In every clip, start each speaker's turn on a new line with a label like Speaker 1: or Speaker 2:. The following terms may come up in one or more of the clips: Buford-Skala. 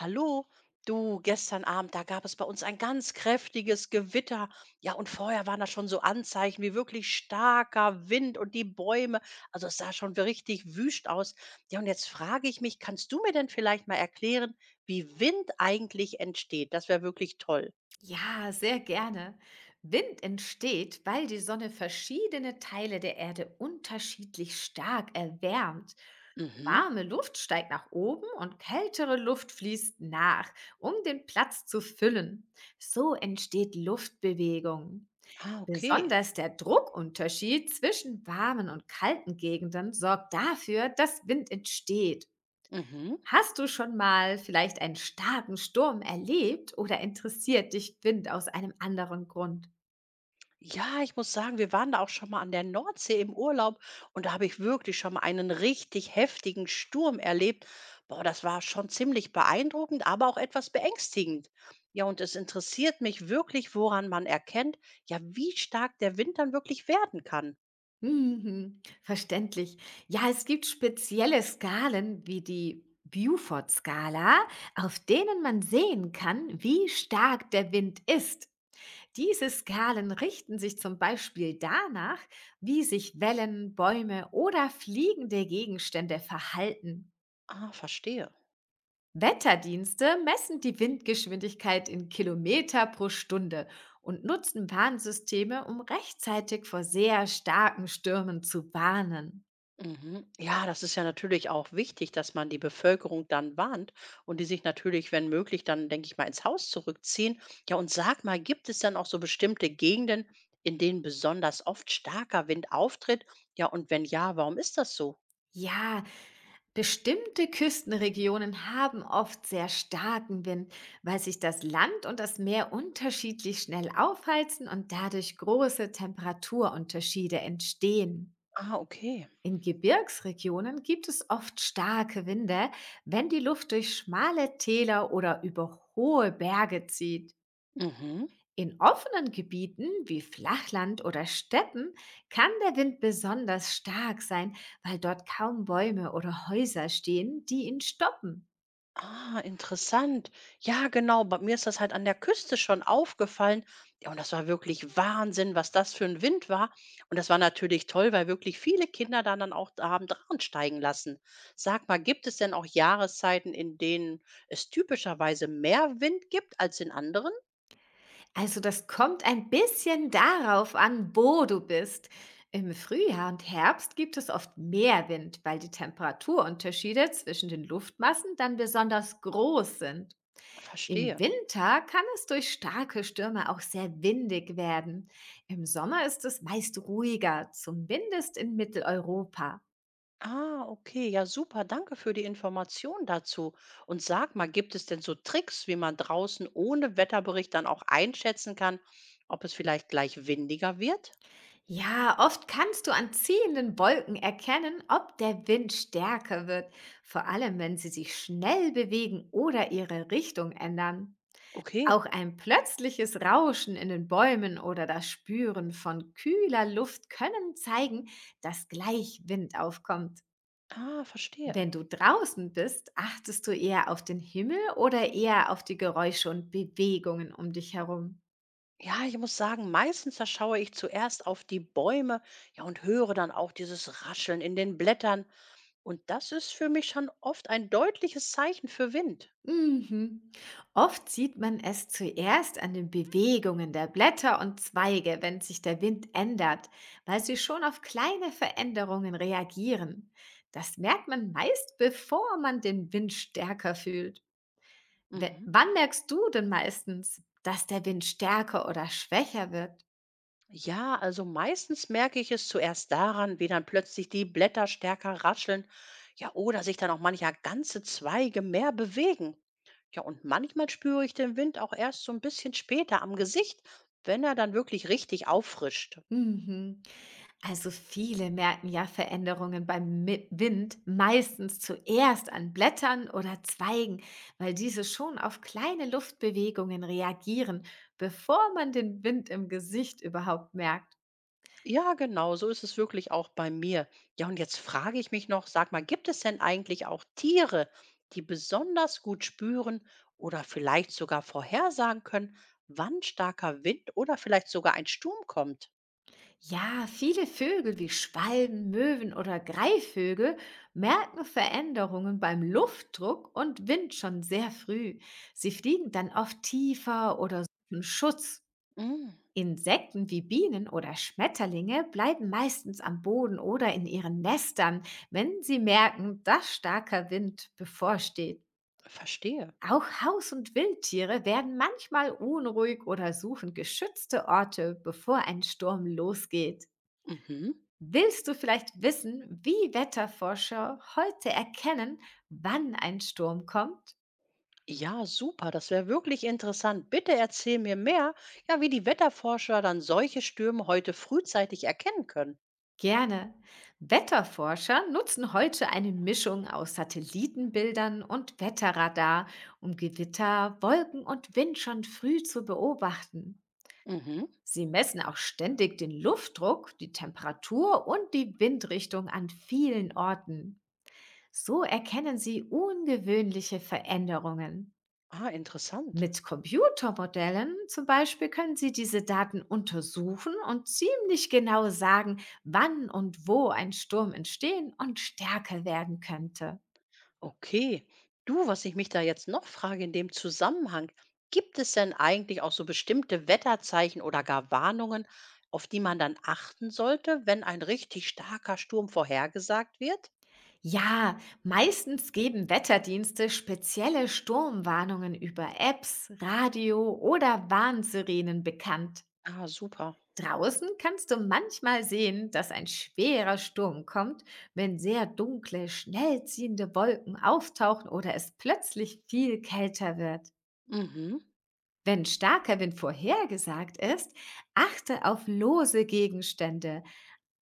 Speaker 1: Hallo, du, gestern Abend, da gab es bei uns ein ganz kräftiges Gewitter. Ja, und vorher waren da schon so Anzeichen wie wirklich starker Wind und die Bäume. Also es sah schon richtig wüst aus. Ja, und jetzt frage ich mich, kannst du mir denn vielleicht mal erklären, wie Wind eigentlich entsteht? Das wäre wirklich toll.
Speaker 2: Ja, sehr gerne. Wind entsteht, weil die Sonne verschiedene Teile der Erde unterschiedlich stark erwärmt.
Speaker 1: Mhm.
Speaker 2: Warme Luft steigt nach oben und kältere Luft fließt nach, um den Platz zu füllen. So entsteht Luftbewegung.
Speaker 1: Ah, okay.
Speaker 2: Besonders der Druckunterschied zwischen warmen und kalten Gegenden sorgt dafür, dass Wind entsteht.
Speaker 1: Mhm.
Speaker 2: Hast du schon mal vielleicht einen starken Sturm erlebt oder interessiert dich Wind aus einem anderen Grund?
Speaker 1: Ja, ich muss sagen, wir waren da auch schon mal an der Nordsee im Urlaub und da habe ich wirklich schon mal einen richtig heftigen Sturm erlebt. Boah, das war schon ziemlich beeindruckend, aber auch etwas beängstigend. Ja, und es interessiert mich wirklich, woran man erkennt, ja, wie stark der Wind dann wirklich werden kann.
Speaker 2: Mhm, verständlich. Ja, es gibt spezielle Skalen wie die Buford-Skala, auf denen man sehen kann, wie stark der Wind ist. Diese Skalen richten sich zum Beispiel danach, wie sich Wellen, Bäume oder fliegende Gegenstände verhalten.
Speaker 1: Ah, verstehe.
Speaker 2: Wetterdienste messen die Windgeschwindigkeit in Kilometer pro Stunde und nutzen Warnsysteme, um rechtzeitig vor sehr starken Stürmen zu warnen.
Speaker 1: Mhm. Ja, das ist ja natürlich auch wichtig, dass man die Bevölkerung dann warnt und die sich natürlich, wenn möglich, dann, denke ich mal, ins Haus zurückziehen. Ja, und sag mal, gibt es dann auch so bestimmte Gegenden, in denen besonders oft starker Wind auftritt? Ja, und wenn ja, warum ist das so?
Speaker 2: Ja, bestimmte Küstenregionen haben oft sehr starken Wind, weil sich das Land und das Meer unterschiedlich schnell aufheizen und dadurch große Temperaturunterschiede entstehen.
Speaker 1: Ah, okay.
Speaker 2: In Gebirgsregionen gibt es oft starke Winde, wenn die Luft durch schmale Täler oder über hohe Berge zieht.
Speaker 1: Mhm.
Speaker 2: In offenen Gebieten wie Flachland oder Steppen kann der Wind besonders stark sein, weil dort kaum Bäume oder Häuser stehen, die ihn stoppen.
Speaker 1: Ah, interessant. Ja, genau. Bei mir ist das halt an der Küste schon aufgefallen. Ja, und das war wirklich Wahnsinn, was das für ein Wind war. Und das war natürlich toll, weil wirklich viele Kinder dann auch da haben dran steigen lassen. Sag mal, gibt es denn auch Jahreszeiten, in denen es typischerweise mehr Wind gibt als in anderen?
Speaker 2: Also das kommt ein bisschen darauf an, wo du bist. Im Frühjahr und Herbst gibt es oft mehr Wind, weil die Temperaturunterschiede zwischen den Luftmassen dann besonders groß sind. Im
Speaker 1: Verstehe.
Speaker 2: Winter kann es durch starke Stürme auch sehr windig werden. Im Sommer ist es meist ruhiger, zumindest in Mitteleuropa.
Speaker 1: Ah, okay, ja super, danke für die Information dazu. Und sag mal, gibt es denn so Tricks, wie man draußen ohne Wetterbericht dann auch einschätzen kann, ob es vielleicht gleich windiger wird?
Speaker 2: Ja, oft kannst du an ziehenden Wolken erkennen, ob der Wind stärker wird, vor allem wenn sie sich schnell bewegen oder ihre Richtung ändern.
Speaker 1: Okay,
Speaker 2: Auch ein plötzliches Rauschen in den Bäumen oder das Spüren von kühler Luft können zeigen, dass gleich Wind aufkommt.
Speaker 1: ah, verstehe.
Speaker 2: Wenn du draußen bist, achtest du eher auf den Himmel oder eher auf die Geräusche und Bewegungen um dich herum?
Speaker 1: Ja, ich muss sagen, meistens da schaue ich zuerst auf die Bäume, ja, und höre dann auch dieses Rascheln in den Blättern. Und das ist für mich schon oft ein deutliches Zeichen für Wind.
Speaker 2: Mhm. Oft sieht man es zuerst an den Bewegungen der Blätter und Zweige, wenn sich der Wind ändert, weil sie schon auf kleine Veränderungen reagieren. Das merkt man meist, bevor man den Wind stärker fühlt.
Speaker 1: Mhm.
Speaker 2: Wann merkst du denn meistens, dass der Wind stärker oder schwächer wird?
Speaker 1: Ja, also meistens merke ich es zuerst daran, wie dann plötzlich die Blätter stärker rascheln, ja, oder sich dann auch mancher ganze Zweige mehr bewegen. Ja, und manchmal spüre ich den Wind auch erst so ein bisschen später am Gesicht, wenn er dann wirklich richtig auffrischt.
Speaker 2: Mhm. Also viele merken ja Veränderungen beim Wind meistens zuerst an Blättern oder Zweigen, weil diese schon auf kleine Luftbewegungen reagieren, bevor man den Wind im Gesicht überhaupt merkt.
Speaker 1: Ja, genau, so ist es wirklich auch bei mir. Ja, und jetzt frage ich mich noch, sag mal, gibt es denn eigentlich auch Tiere, die besonders gut spüren oder vielleicht sogar vorhersagen können, wann starker Wind oder vielleicht sogar ein Sturm kommt?
Speaker 2: Ja, viele Vögel wie Schwalben, Möwen oder Greifvögel merken Veränderungen beim Luftdruck und Wind schon sehr früh. Sie fliegen dann oft tiefer oder suchen Schutz.
Speaker 1: Mm,
Speaker 2: Insekten wie Bienen oder Schmetterlinge bleiben meistens am Boden oder in ihren Nestern, wenn sie merken, dass starker Wind bevorsteht.
Speaker 1: verstehe.
Speaker 2: Auch Haus- und Wildtiere werden manchmal unruhig oder suchen geschützte Orte, bevor ein Sturm losgeht.
Speaker 1: Mhm.
Speaker 2: Willst du vielleicht wissen, wie Wetterforscher heute erkennen, wann ein Sturm kommt?
Speaker 1: Ja, super. Das wäre wirklich interessant. Bitte erzähl mir mehr, ja, wie die Wetterforscher dann solche Stürme heute frühzeitig erkennen können.
Speaker 2: Gerne. Wetterforscher nutzen heute eine Mischung aus Satellitenbildern und Wetterradar, um Gewitter, Wolken und Wind schon früh zu beobachten.
Speaker 1: Mhm.
Speaker 2: Sie messen auch ständig den Luftdruck, die Temperatur und die Windrichtung an vielen Orten. So erkennen sie ungewöhnliche Veränderungen.
Speaker 1: Ah, interessant.
Speaker 2: Mit Computermodellen zum Beispiel können Sie diese Daten untersuchen und ziemlich genau sagen, wann und wo ein Sturm entstehen und stärker werden könnte.
Speaker 1: Okay. Du, was ich mich da jetzt noch frage in dem Zusammenhang, gibt es denn eigentlich auch so bestimmte Wetterzeichen oder gar Warnungen, auf die man dann achten sollte, wenn ein richtig starker Sturm vorhergesagt wird?
Speaker 2: Ja, meistens geben Wetterdienste spezielle Sturmwarnungen über Apps, Radio oder Warnsirenen bekannt.
Speaker 1: Ah, super.
Speaker 2: Draußen kannst du manchmal sehen, dass ein schwerer Sturm kommt, wenn sehr dunkle, schnell ziehende Wolken auftauchen oder es plötzlich viel kälter wird.
Speaker 1: Mhm.
Speaker 2: Wenn starker Wind vorhergesagt ist, achte auf lose Gegenstände,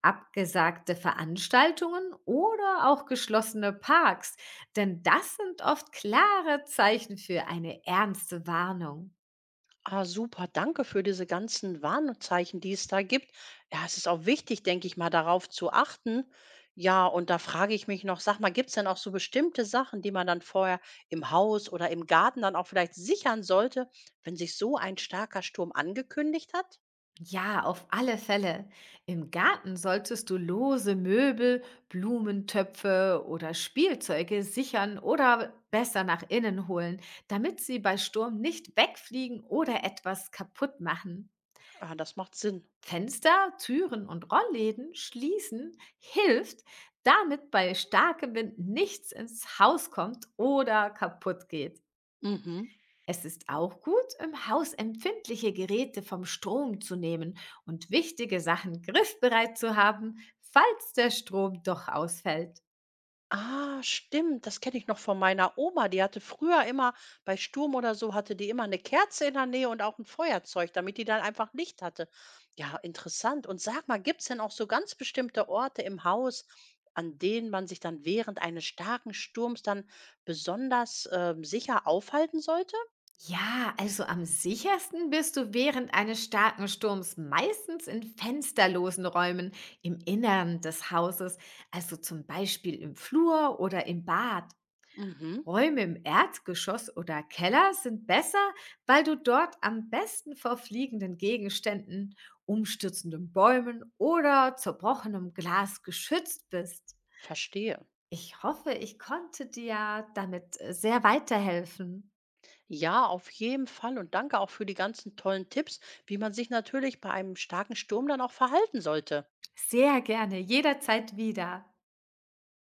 Speaker 2: abgesagte Veranstaltungen oder auch geschlossene Parks, denn das sind oft klare Zeichen für eine ernste Warnung.
Speaker 1: Ah, super. Danke für diese ganzen Warnzeichen, die es da gibt. Ja, es ist auch wichtig, denke ich mal, darauf zu achten. Ja, und da frage ich mich noch, sag mal, gibt es denn auch so bestimmte Sachen, die man dann vorher im Haus oder im Garten dann auch vielleicht sichern sollte, wenn sich so ein starker Sturm angekündigt hat?
Speaker 2: Ja, auf alle Fälle. Im Garten solltest du lose Möbel, Blumentöpfe oder Spielzeuge sichern oder besser nach innen holen, damit sie bei Sturm nicht wegfliegen oder etwas kaputt machen.
Speaker 1: Ah, das macht Sinn.
Speaker 2: Fenster, Türen und Rollläden schließen hilft, damit bei starkem Wind nichts ins Haus kommt oder kaputt geht.
Speaker 1: Mhm.
Speaker 2: Es ist auch gut, im Haus empfindliche Geräte vom Strom zu nehmen und wichtige Sachen griffbereit zu haben, falls der Strom doch ausfällt.
Speaker 1: Ah, stimmt, das kenne ich noch von meiner Oma. Die hatte früher immer bei Sturm oder so hatte die immer eine Kerze in der Nähe und auch ein Feuerzeug, damit die dann einfach Licht hatte. Ja, interessant. Und sag mal, gibt's denn auch so ganz bestimmte Orte im Haus, an denen man sich dann während eines starken Sturms dann besonders, sicher aufhalten sollte?
Speaker 2: Ja, also am sichersten bist du während eines starken Sturms meistens in fensterlosen Räumen im Innern des Hauses, also zum Beispiel im Flur oder im Bad.
Speaker 1: Mhm,
Speaker 2: Räume im Erdgeschoss oder Keller sind besser, weil du dort am besten vor fliegenden Gegenständen, umstürzenden Bäumen oder zerbrochenem Glas geschützt bist.
Speaker 1: verstehe.
Speaker 2: Ich hoffe, ich konnte dir damit sehr weiterhelfen.
Speaker 1: Ja, auf jeden Fall und danke auch für die ganzen tollen Tipps, wie man sich natürlich bei einem starken Sturm dann auch verhalten sollte.
Speaker 2: Sehr gerne, jederzeit wieder.